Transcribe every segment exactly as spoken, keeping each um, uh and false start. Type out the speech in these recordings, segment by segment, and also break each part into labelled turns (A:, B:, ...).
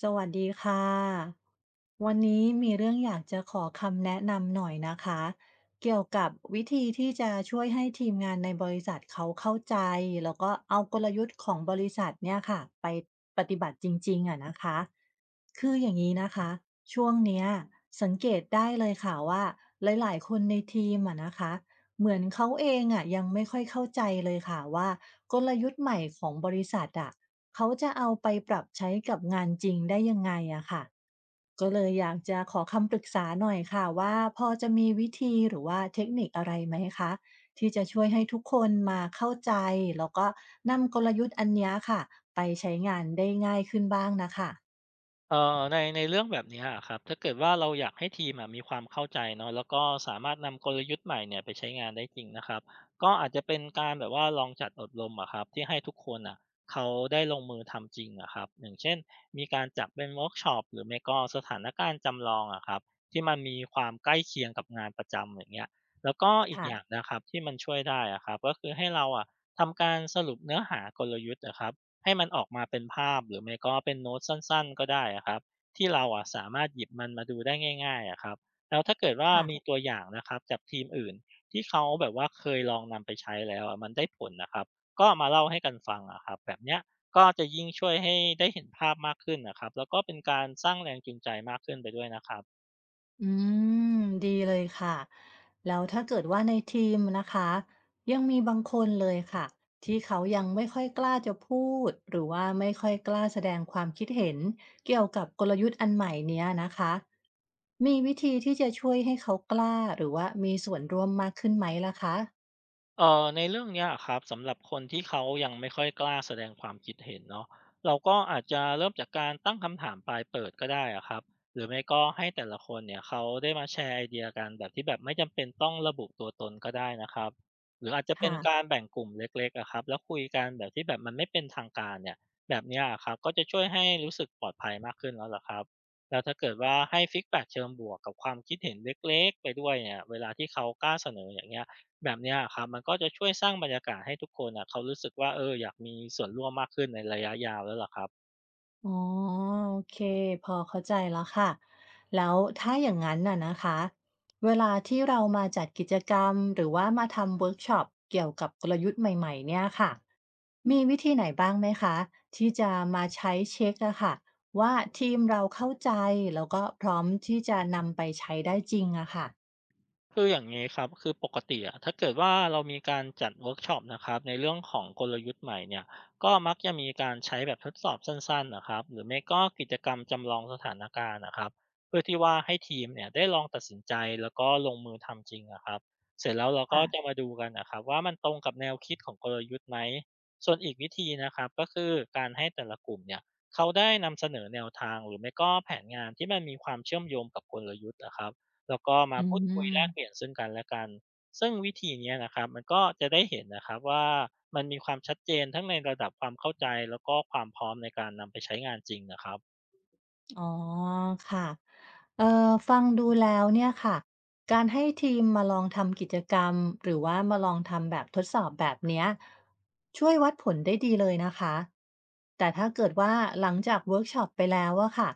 A: สวัสดีค่ะวันนี้มีเรื่องอยากจะขอคำแนะนำหน่อยนะคะเกี่ยวกับวิธีที่จะช่วยให้ทีมงานในบริษัทเขาเข้าใจแล้วก็เอากลยุทธ์ของบริษัทเนี่ยค่ะไปปฏิบัติจริงๆอะนะคะคืออย่างนี้นะคะช่วงเนี้ยสังเกตได้เลยค่ะว่าหลายๆคนในทีมอะนะคะเหมือนเขาเองอะยังไม่ค่อยเข้าใจเลยค่ะว่ากลยุทธ์ใหม่ของบริษัทอะ เขาจะเอาไปปรับใช้กับงานจริงได้ยังไงอะค่ะก็เลยอยากจะขอคำปรึกษาหน่อยค่ะว่าพอจะมีวิธีหรือว่าเทคนิคอะไรไหมคะที่จะช่วยให้ทุกคนมาเข้าใจแล้วก็นำกลยุทธ์อันเนี้ยค่ะไปใช้งานได้ง่ายขึ้นบ้างนะคะ
B: เอ่อในในเรื่องแบบเนี้ยอะครับถ้าเกิดว่าเราอยากให้ทีมอะมีความเข้าใจเนาะแล้วก็สามารถนำกลยุทธ์ใหม่เนี่ยไปใช้งานได้จริงนะครับก็อาจจะเป็นการแบบว่าลองจัดอบรมอะครับที่ให้ทุกคนอ่ะเขาได้ลงมือทำจริงอะครับอย่างเช่นมีการจัดเป็นเวิร์กช็อปหรือไม่ก็สถานการณ์จำลองอะครับที่มันมีความใกล้เคียงกับงานประจำอย่างเงี้ยแล้วก็อีกอย่าง
A: ค่ะ
B: นะครับที่มันช่วยได้อะครับก็คือให้เราอะทำการสรุปเนื้อหากลยุทธ์อะครับ ให้มันออกมาเป็นภาพหรือไม่ก็เป็นโน้ตสั้นๆก็ได้อะครับที่เราอะสามารถหยิบมันมาดูได้ง่ายๆอะครับแล้วถ้าเกิดว่า
A: ค่ะ
B: มีตัวอย่างนะครับจากทีมอื่นที่เขาแบบว่าเคยลองนำไปใช้แล้วอะมันได้ผลนะครับก็มาเล่าให้กันฟังอะครับแบบเนี้ยก็จะยิ่งช่วยให้ได้เห็นภาพมากขึ้นนะครับแล้วก็เป็นการสร้างแรงจูงใจมากขึ้นไปด้วยนะครับ
A: อืมดีเลยค่ะแล้วถ้าเกิดว่าในทีมนะคะยังมีบางคนเลยค่ะที่เขายังไม่ค่อยกล้าจะพูดหรือว่าไม่ค่อยกล้าแสดงความคิดเห็นเกี่ยวกับกลยุทธ์อันใหม่เนี้ยนะคะมีวิธีที่จะช่วยให้เขากล้าหรือว่ามีส่วนร่วมมากขึ้นไหมล่ะคะ
B: เอ่อในเรื่องเนี้ยครับสำหรับคนที่เขายังไม่ค่อยกล้าแสดงความคิดเห็นเนาะเราก็อาจจะเริ่มจากการตั้งคำถามปลายเปิดก็ได้อะครับหรือไม่ก็ให้แต่ละคนเนี่ยเขาได้มาแชร์ไอเดียกันแบบที่แบบไม่จำเป็นต้องระบุตัวตนก็ได้นะครับหรืออาจจะเป็น
A: ค่ะ
B: การแบ่งกลุ่มเล็กๆอะครับแล้วคุยกันแบบที่แบบมันไม่เป็นทางการเนี่ยแบบเนี้ยอะครับก็จะช่วยให้รู้สึกปลอดภัยมากขึ้นแล้วล่ะครับแล้วถ้าเกิดว่าให้ฟีดแบ็กเชิงบวกกับความคิดเห็นเล็กๆไปด้วยเนี่ยเวลาที่เขากล้าเสนออย่างเงี้ย แบบเนี้ยะครับมันก็จะช่วยสร้างบรรยากาศให้ทุกคนอะเขารู้สึกว่าเอออยากมีส่วนร่วมมากขึ้นในระยะยาวแล้วล่ะครับ
A: อ๋อโอเคพอเข้าใจแล้วค่ะแล้วถ้าอย่างนั้นน่ะนะคะเวลาที่เรามาจัดกิจกรรมหรือว่ามาทำเวิร์กช็อปเกี่ยวกับกลยุทธ์ใหม่ๆเนี่ยค่ะมีวิธีไหนบ้างไหมคะที่จะมาใช้เช็คอะค่ะว่าทีมเราเข้าใจแล้วก็พร้อมที่จะนำไปใช้ได้จริงอะค่ะ
B: คืออย่างนี้ครับคือปกติอะถ้าเกิดว่าเรามีการจัดเวิร์กช็อปนะครับในเรื่องของกลยุทธ์ใหม่เนี่ยก็มักจะมีการใช้แบบทดสอบสั้นๆนะครับหรือไม่ก็กิจกรรมจำลองสถานการณ์นะครับเพื่อที่ว่าให้ทีมเนี่ยได้ลองตัดสินใจแล้วก็ลงมือทำจริงนะครับเสร็จแล้วเราก็
A: ค่ะ
B: จะมาดูกันนะครับว่ามันตรงกับแนวคิดของกลยุทธ์ไหมส่วนอีกวิธีนะครับก็คือการให้แต่ละกลุ่มเนี่ยเขาได้นำเสนอแนวทางหรือไม่ก็แผนงานที่มันมีความเชื่อมโยงกับกลยุทธ์นะครับ แล้วก็มา
A: อื
B: พูดคุยแลกเป
A: ม
B: ลี่ยนซึ่งกันและกัน ซึ่งวิธีเนี้ยนะครับมันก็จะได้เห็นนะครับว่ามันมีความชัดเจนทั้งในระดับความเข้าใจแล้วก็ความพร้อมในการนำไปใช้งานจริงนะครับ
A: อ๋อค่ะเอ่อฟังดูแล้วเนี่ยค่ะการให้ทีมมาลองทำกิจกรรมหรือว่ามาลองทำแบบทดสอบแบบเนี้ยช่วยวัดผลได้ดีเลยนะคะแต่ถ้าเกิดว่าหลังจากเวิร์กช็อปไปแล้วอะค่ะ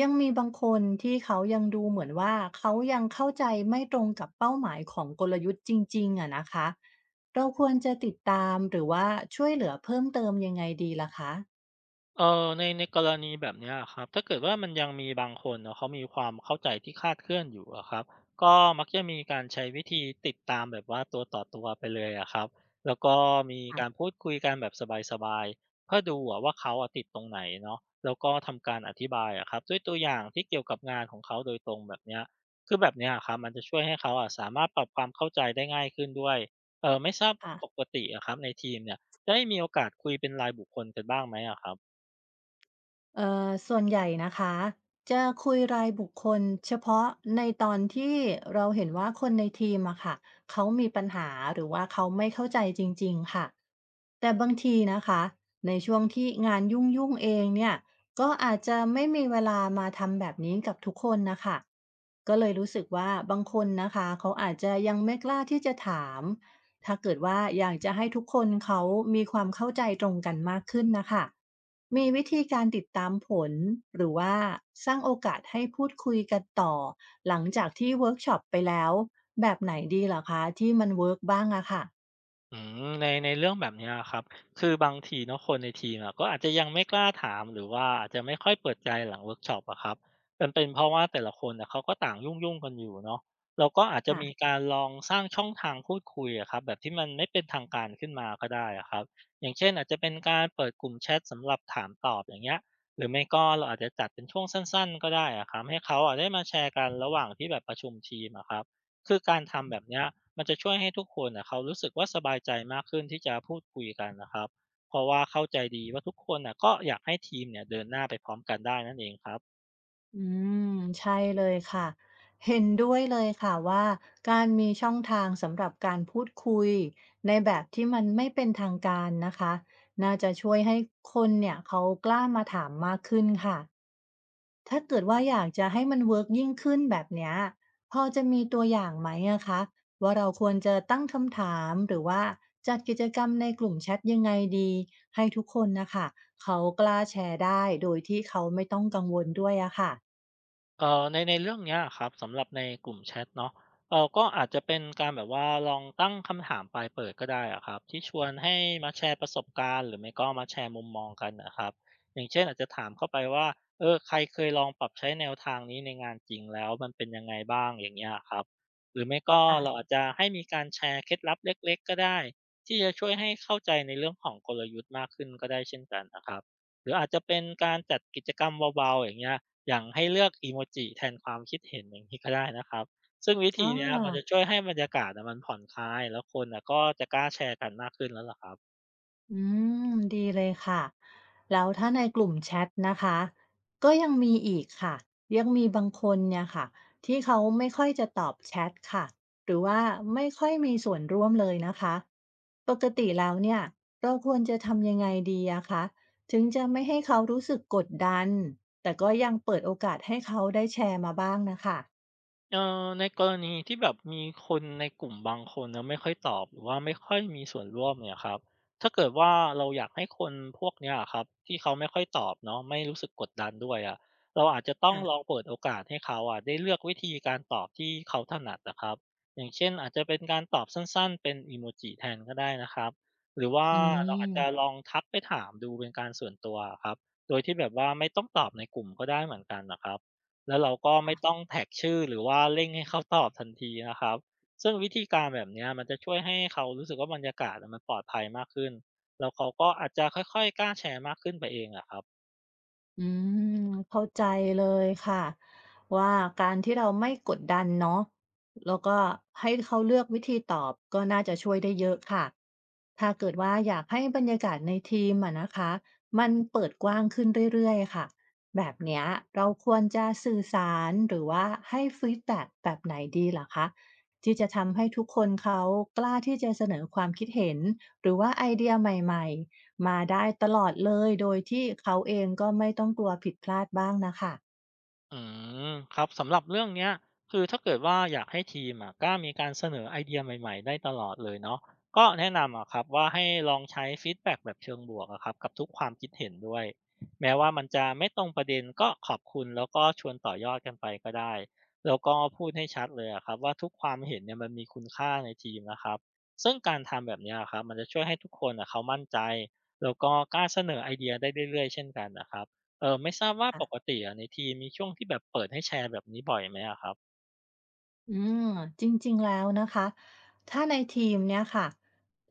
A: ยังมีบางคนที่เขายังดูเหมือนว่าเขายังเข้าใจไม่ตรงกับเป้าหมายของกลยุทธ์จริงๆอะนะคะเราควรจะติดตามหรือว่าช่วยเหลือเพิ่มเติมยังไงดีล่ะคะ
B: เอ่อในในกรณีแบบเนี้ยอะครับถ้าเกิดว่ามันยังมีบางคนเนาะเขามีความเข้าใจที่คลาดเคลื่อนอยู่อะครับก็มักจะมีการใช้วิธีติดตามแบบว่าตัวต่อตัวไปเลยอะครับแล้วก็มีการ
A: ค่ะ
B: พูดคุยกันแบบสบายๆเพื่อดูอะว่าเขาอะติดตรงไหนเนาะแล้วก็ทำการอธิบายอะครับด้วยตัวอย่างที่เกี่ยวกับงานของเขาโดยตรงแบบเนี้ยคือแบบเนี้ยอะครับมันจะช่วยให้เขาอะสามารถปรับความเข้าใจได้ง่ายขึ้นด้วยเอ่อไม่ทราบ
A: ค่ะ
B: ปกติอะครับในทีมเนี่ยได้มีโอกาสคุยเป็นรายบุคคลกันบ้างไหมอะครับ
A: เอ่อส่วนใหญ่นะคะจะคุยรายบุคคลเฉพาะในตอนที่เราเห็นว่าคนในทีมอะค่ะเขามีปัญหาหรือว่าเขาไม่เข้าใจจริงๆค่ะแต่บางทีนะคะในช่วงที่งานยุ่งๆเองเนี่ยก็อาจจะไม่มีเวลามาทำแบบนี้กับทุกคนนะคะก็เลยรู้สึกว่าบางคนนะคะเขาอาจจะยังไม่กล้าที่จะถาม ถ้าเกิดว่าอยากจะให้ทุกคนเขามีความเข้าใจตรงกันมากขึ้นนะคะมีวิธีการติดตามผลหรือว่าสร้างโอกาสให้พูดคุยกันต่อหลังจากที่เวิร์กช็อปไปแล้วแบบไหนดีเหรอคะที่มันเวิร์กบ้างอะค่ะ
B: อืมในในเรื่องแบบเนี้ยอครับคือบางทีเนาะคนในทีมอะก็อาจจะยังไม่กล้าถามหรือว่าอาจจะไม่ค่อยเปิดใจหลังเวิร์กช็อปอะครับมันเป็นเพราะว่าแต่ละคนนะเขาก็ต่างยุ่งยุ่งกันอยู่เนาะเราก็อาจจะ
A: ค่ะ
B: มีการลองสร้างช่องทางพูดคุยอะครับแบบที่มันไม่เป็นทางการขึ้นมาก็ได้อะครับอย่างเช่นอาจจะเป็นการเปิดกลุ่มแชทสำหรับถามตอบอย่างเงี้ยหรือไม่ก็เราอาจจะจัดเป็นช่วงสั้นๆก็ได้อะครับให้เขาอะได้มาแชร์กันระหว่างที่แบบประชุมทีมอะครับคือการทำแบบเนี้ย มันจะช่วยให้ทุกคนน่ะเขารู้สึกว่าสบายใจมากขึ้นที่จะพูดคุยกันนะครับเพราะว่าเข้าใจดีว่าทุกคนน่ะก็อยากให้ทีมเนี่ยเดินหน้าไปพร้อมกันได้นั่นเองครับ
A: อืมใช่เลยค่ะเห็นด้วยเลยค่ะว่าการมีช่องทางสำหรับการพูดคุยในแบบที่มันไม่เป็นทางการนะคะน่าจะช่วยให้คนเนี่ยเขากล้ามาถามมากขึ้นค่ะ ถ้าเกิดว่าอยากจะให้มันเวิร์กยิ่งขึ้นแบบเนี้ยพอจะมีตัวอย่างไหมอะคะว่าเราควรจะตั้งคำถามหรือว่าจัดกิจกรรมในกลุ่มแชทยังไงดีให้ทุกคนนะคะเขากล้าแชร์ได้โดยที่เขาไม่ต้องกังวลด้วยอะค่ะ
B: เอ่อในในเรื่องเนี้ยครับสำหรับในกลุ่มแชทเนาะเออก็อาจจะเป็นการแบบว่าลองตั้งคำถามปลายเปิดก็ได้อะครับที่ชวนให้มาแชร์ประสบการณ์หรือไม่ก็มาแชร์มุมมองกันนะครับอย่างเช่นอาจจะถามเข้าไปว่าเออใครเคยลองปรับใช้แนวทางนี้ในงานจริงแล้วมันเป็นยังไงบ้างอย่างเงี้ยครับหรือไม่ก็เรา
A: ค่ะ
B: อาจจะให้มีการแชร์เคล็ดลับเล็กๆก็ได้ที่จะช่วยให้เข้าใจในเรื่องของกลยุทธ์มากขึ้นก็ได้เช่นกันนะครับหรืออาจจะเป็นการจัดกิจกรรมเบาๆอย่างเงี้ย อย่างให้เลือกอีโมจิแทนความคิดเห็นอย่างที้ก็ได้นะครับซึ่งวิธี
A: อา
B: เนี้ยมมันจะช่วยให้บรรยากาศอะมันผ่อนคลายแล้วคนอะก็จะกล้าแชร์กันมากขึ้นแล้วล่ะครับ
A: อืมดีเลยค่ะแล้วถ้าในกลุ่มแชทนะคะก็ยังมีอีกค่ะยังมีบางคนเนี่ยค่ะที่เขาไม่ค่อยจะตอบแชทค่ะหรือว่าไม่ค่อยมีส่วนร่วมเลยนะคะปกติแล้วเนี่ยเราควรจะทำยังไงดีอะคะถึงจะไม่ให้เขารู้สึกกดดันแต่ก็ยังเปิดโอกาสให้เขาได้แชร์มาบ้างนะคะ
B: เอ่อในกรณีที่แบบมีคนในกลุ่มบางคนนะไม่ค่อยตอบหรือว่าไม่ค่อยมีส่วนร่วมเนี่ยครับถ้าเกิดว่าเราอยากให้คนพวกเนี้ยอะครับที่เขาไม่ค่อยตอบเนาะไม่รู้สึกกดดันด้วยอะเราอาจจะต้องลอง
A: ค่ะ
B: เปิดโอกาสให้เขาอะได้เลือกวิธีการตอบที่เขาถนัดนะครับอย่างเช่นอาจจะเป็นการตอบสั้นๆเป็นอีโมจิแทนก็ได้นะครับหรือว่า
A: อื
B: เราอาจจะล
A: ม
B: องทักไปถามดูเป็นการส่วนตัวครับโดยที่แบบว่าไม่ต้องตอบในกลุ่มก็ได้เหมือนกันนะครับ แล้วเราก็ไม่ต้
A: ค่ะ
B: องแท็กชื่อหรือว่าเร่งให้เขาตอบทันทีนะครับ ซึ่งวิธีการแบบเนี้ยมันจะช่วยให้เขารู้สึกว่าบรรยากาศอะมันปลอดภัยมากขึ้นแล้วเขาก็อาจจะค่อยๆกล้าแชร์มากขึ้นไปเองอะครับ
A: อืมเข้าใจเลยค่ะว่าการที่เราไม่กดดันเนาะแล้วก็ให้เขาเลือกวิธีตอบก็น่าจะช่วยได้เยอะค่ะถ้าเกิดว่าอยากให้บรรยากาศในทีมอะนะคะมันเปิดกว้างขึ้นเรื่อยๆค่ะแบบเนี้ยเราควรจะสื่อสารหรือว่าให้ฟีดแบ็กแบบไหนดีล่ะคะที่จะทำให้ทุกคนเขากล้าที่จะเสนอความคิดเห็นหรือว่าไอเดียใหม่ๆ มาได้ตลอดเลยโดยที่เขาเองก็ไม่ต้องกลัวผิดพลาดบ้างน่ะค่ะ
B: อืมครับสำหรับเรื่องเนี้ยคือถ้าเกิดว่าอยากให้ทีมอะกล้ามีการเสนอไอเดียใหม่ๆได้ตลอดเลยเนาะก็แนะนำอะครับว่าให้ลองใช้ฟีดแบ็กแบบเชิงบวกอะครับกับทุกความคิดเห็นด้วยแม้ว่ามันจะไม่ตรงประเด็นก็ขอบคุณแล้วก็ชวนต่อยอดกันไปก็ได้แล้วก็พูดให้ชัดเลยอะครับว่าทุกความเห็นเนี่ยมันมีคุณค่าในทีมนะครับซึ่งการทำแบบเนี้ยะครับมันจะช่วยให้ทุกคนอะเขามั่นใจแล้วก็กล้าเสนอไอเดียได้เรื่อยๆเช่นกันนะครับ เออไม่ทราบว่าปก
A: ค่ะ
B: ติอะในทีมมีช่วงที่แบบเปิดให้แชร์แบบนี้บ่อยไหมอะครับ
A: อืมจริงๆแล้วนะคะถ้าในทีมเนี่ยค่ะ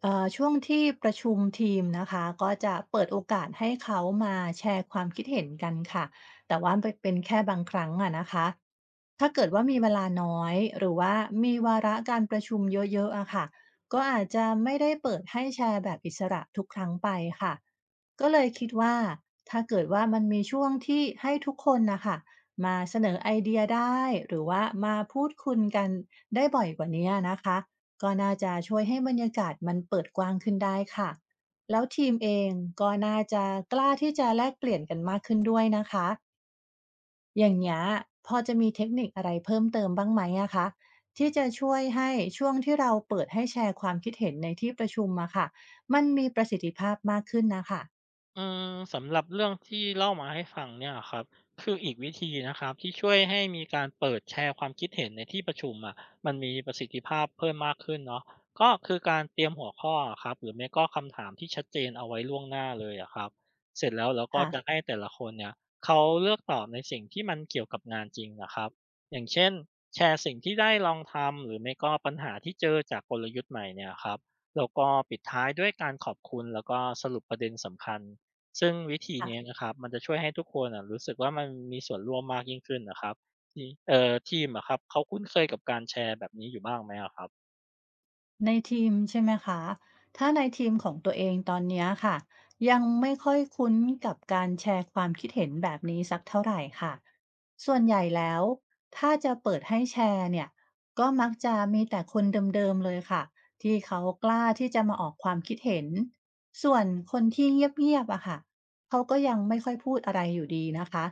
A: เอ่อช่วงที่ประชุมทีมนะคะก็จะเปิดโอกาสให้เขามาแชร์ความคิดเห็นกันค่ะแต่ว่ามันเป็นแค่บางครั้งอะนะคะ ถ้าเกิดว่ามีเวลาน้อยหรือว่ามีวาระการประชุมเยอะๆอะค่ะก็อาจจะไม่ได้เปิดให้แชร์แบบอิสระทุกครั้งไปค่ะก็เลยคิดว่าถ้าเกิดว่ามันมีช่วงที่ให้ทุกคนนะคะมาเสนอไอเดียได้หรือว่ามาพูดคุยกันได้บ่อยกว่านี้นะคะก็น่าจะช่วยให้บรรยากาศมันเปิดกว้างขึ้นได้ค่ะแล้วทีมเองก็น่าจะกล้าที่จะแลกเปลี่ยนกันมากขึ้นด้วยนะคะ อย่างเงี้ยพอจะมีเทคนิคอะไรเพิ่มเติมบ้างไหมอะคะที่จะช่วยให้ช่วงที่เราเปิดให้แชร์ความคิดเห็นในที่ประชุมอะค่ะมันมีประสิทธิภาพมากขึ้นนะคะ
B: อืมสำหรับเรื่องที่เล่ามาให้ฟังเนี่ยครับคืออีกวิธีนะครับที่ช่วยให้มีการเปิดแชร์ความคิดเห็นในที่ประชุมอะมันมีประสิทธิภาพเพิ่มมากขึ้นเนาะก็คือการเตรียมหัวข้ออะครับหรือไม่ก็คำถามที่ชัดเจนเอาไว้ล่วงหน้าเลยอะครับเสร็จแล้วเราก็จะ
A: ค่ะ
B: ให้แต่ละคนเนี่ยเขาเลือกตอบในสิ่งที่มันเกี่ยวกับงานจริงนะครับอย่างเช่นแชร์สิ่งที่ได้ลองทำหรือไม่ก็ปัญหาที่เจอจากกลยุทธ์ใหม่เนี่ยครับแล้วก็ปิดท้ายด้วยการขอบคุณแล้วก็สรุปประเด็นสำคัญ ซึ่งวิธีเนี้ย
A: ค่ะ
B: นะครับมันจะช่วยให้ทุกคนอะรู้สึกว่ามันมีส่วนร่วมมากยิ่งขึ้นนะครับทีเอ่อทีมอะครับเขาคุ้นเคยกับการแชร์แบบนี้อยู่บ้างไหมอะครับ
A: ในทีมใช่ไหมคะ ถ้าในทีมของตัวเองตอนเนี้ยค่ะยังไม่ค่อยคุ้นกับการแชร์ความคิดเห็นแบบนี้สักเท่าไหรค่ะส่วนใหญ่แล้วถ้าจะเปิดให้แชร์เนี่ยก็มักจะมีแต่คนเดิมๆเลยค่ะที่เขากล้าที่จะมาออกความคิดเห็นส่วนคนที่เงียบๆอะค่ะเขาก็ยังไม่ค่อยพูดอะไรอยู่ดีนะคะ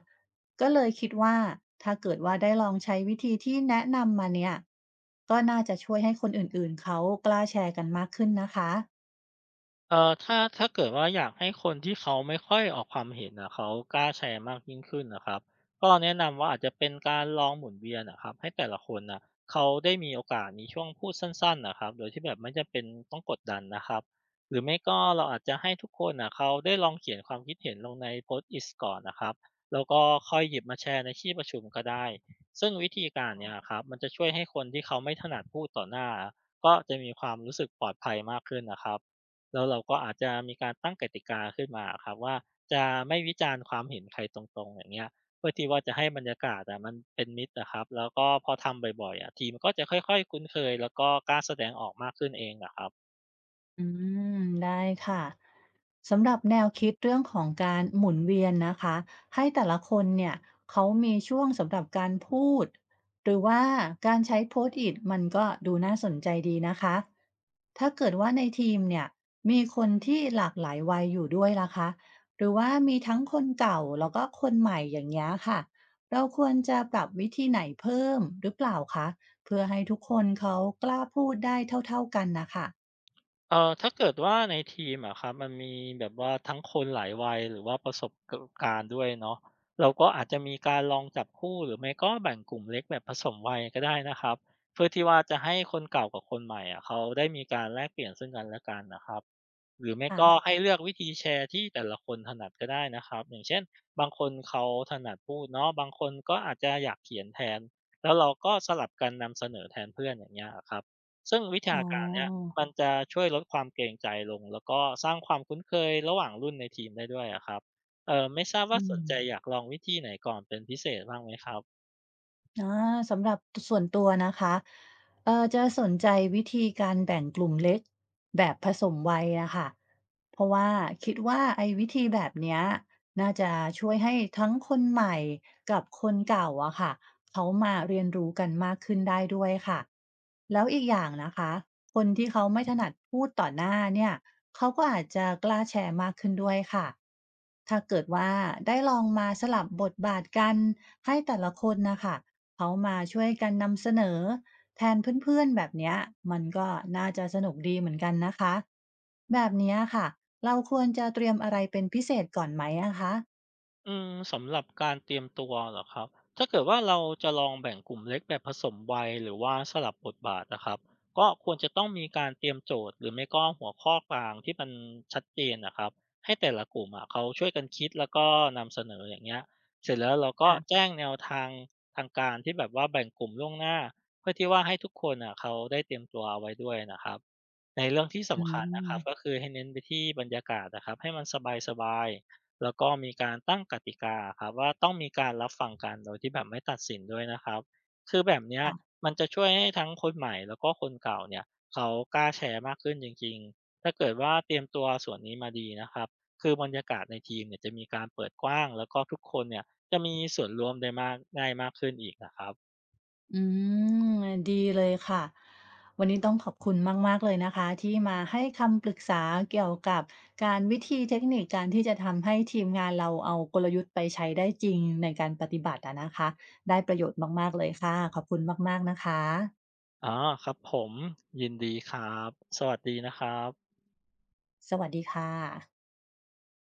A: ก็เลยคิดว่าถ้าเกิดว่าได้ลองใช้วิธีที่แนะนำมาเนี่ยก็น่าจะช่วยให้คนอื่นๆเขากล้าแชร์กันมากขึ้นนะคะ
B: เอ่อถ้าถ้าเกิดว่าอยากให้คนที่เขาไม่ค่อยออกความเห็นนะเขากล้าแชร์มากยิ่งขึ้นนะครับก็แนะนำว่าอาจจะเป็นการลองหมุนเวียนนะครับให้แต่ละคนนะเขาได้มีโอกาสมีช่วงพูดสั้นๆนะครับโดยที่แบบไม่จำเป็นต้องกดดันนะครับหรือไม่ก็เราอาจจะให้ทุกคนนะเขาได้ลองเขียนความคิดเห็นลงในโพสต์ t i สก่อนนะครับแล้วก็ค่อยหยิบมาแชร์ในที่ประชุมก็ได้ซึ่งวิธีการเนี่ยครับมันจะช่วยให้คนที่เขาไม่ถนัดพูดต่อหน้าก็จะมีความรู้สึกปลอดภัยมากขึ้นนะครับ แล้วเราก็อาจจะมีการตั้งกติกาขึ้นมาครับว่าจะไม่วิจารณ์ความเห็นใครตรงๆอย่างเงี้ยเพื่อที่ว่าจะให้บรรยากาศอะมันเป็นมิตรอะครับแล้วก็พอทำบ่อยๆอะทีมก็จะค่อยๆคุ้นเคยแล้วก็กล้าแสดงออกมากขึ้นเองอะครับ
A: อืมได้ค่ะสำหรับแนวคิดเรื่องของการหมุนเวียนนะคะให้แต่ละคนเนี่ยเขามีช่วงสำหรับการพูดหรือว่าการใช้โพสต์อิทมันก็ดูน่าสนใจดีนะคะถ้าเกิดว่าในทีมเนี่ยมีคนที่หลากหลายวัยอยู่ด้วยล่ะคะหรือว่ามีทั้งคนเก่าแล้วก็คนใหม่อย่างนี้ยค่ะเราควรจะปรับวิธีไหนเพิ่มหรือเปล่าคะเพื่อให้ทุกคนเขากล้าพูดได้เท่าๆกันนะคะ
B: เอ่อถ้าเกิดว่าในทีมอะครับมันมีแบบว่าทั้งคนหลายวัยหรือว่าประสบกการณ์ด้วยเนาะเราก็อาจจะมีการลองจับคู่หรือไม่ก็แบ่งกลุ่มเล็กแบบผสมวัยก็ได้นะครับเพื่อที่ว่าจะให้คนเก่ากับคนใหม่อะเขาได้มีการแลกเปลี่ยนซึ่งกันและกันนะครับ หรือไม่
A: อ่า
B: ก็ให้เลือกวิธีแชร์ที่แต่ละคนถนัดก็ได้นะครับอย่างเช่นบางคนเขาถนัดพูดเนาะบางคนก็อาจจะอยากเขียนแทนแล้วเราก็สลับกันนำเสนอแทนเพื่อนอย่างเงี้ยครับซึ่งวิ
A: อ๋
B: ชา
A: อ
B: การเนี้ยมันจะช่วยลดความเกรงใจลงแล้วก็สร้างความคุ้นเคยระหว่างรุ่นในทีมได้ด้วยอะครับเออไม่ทราบ
A: อื
B: ว่าส
A: ม
B: นใจอยากลองวิธีไหนก่อนเป็นพิเศษบ้างไหมครับ
A: อาสำหรับส่วนตัวนะคะเอ่อจะสนใจวิธีการแบ่งกลุ่มเล็กแบบผสมวัยอะค่ะเพราะว่าคิดว่าไอ้วิธีแบบเนี้ยน่าจะช่วยให้ทั้งคนใหม่กับคนเก่าอะค่ะเขามาเรียนรู้กันมากขึ้นได้ด้วยค่ะแล้วอีกอย่างนะคะคนที่เขาไม่ถนัดพูดต่อหน้าเนี่ยเขาก็อาจจะกล้าแชร์มากขึ้นด้วยค่ะถ้าเกิดว่าได้ลองมาสลับบทบาทกันให้แต่ละคนนะคะ เขามาช่วยกันนำเสนอแทนเพื่อนๆแบบเนี้ยมันก็น่าจะสนุกดีเหมือนกันนะคะแบบเนี้ยค่ะเราควรจะเตรียมอะไรเป็นพิเศษก่อนไหมอะคะ
B: อืมสำหรับการเตรียมตัวเหรอครับถ้าเกิดว่าเราจะลองแบ่งกลุ่มเล็กแบบผสมวัยหรือว่าสลับบทบาทนะครับก็ควรจะต้องมีการเตรียมโจทย์หรือไม่ก็หัวข้อกลางที่มันชัดเจนนะครับให้แต่ละกลุ่มอะเขาช่วยกันคิดแล้วก็นำเสนออย่างเงี้ยเสร็จแล้วเราก็
A: ค่ะ
B: แจ้งแนวทางทางการที่แบบว่าแบ่งกลุ่มล่วงหน้าเพื่อที่ว่าให้ทุกคนอ่ะเขาได้เตรียมตัวเอาไว้ด้วยนะครับในเรื่องที่
A: อื
B: สำคัญนะค
A: ม
B: รับก็คือให้เน้นไปที่บรรยากาศนะครับให้มันสบายๆ แล้วก็มีการตั้งกติกาครับว่าต้องมีการรับฟังกันโดยที่แบบไม่ตัดสินด้วยนะครับคือแบบเนี้ย
A: ค่ะ
B: มันจะช่วยให้ทั้งคนใหม่แล้วก็คนเก่าเนี่ยเขากล้าแชร์มากขึ้นจริงๆถ้าเกิดว่าเตรียมตัวส่วนนี้มาดีนะครับคือบรรยากาศในทีมเนี่ยจะมีการเปิดกว้างแล้วก็ทุกคนเนี่ยจะมีส่วนร่วมได้มากง่ายมากขึ้นอีกนะครับ
A: อืมดีเลยค่ะวันนี้ต้องขอบคุณมากๆเลยนะคะที่มาให้คำปรึกษาเกี่ยวกับการวิธีเทคนิคการที่จะทำให้ทีมงานเราเอากลยุทธ์ไปใช้ได้จริงในการปฏิบัติอะนะคะได้ประโยชน์มากๆเลยค่ะขอบคุณมากๆนะคะ
B: อ๋อครับผมยินดีครับสวัสดีนะครับ
A: สวัสดีค่ะ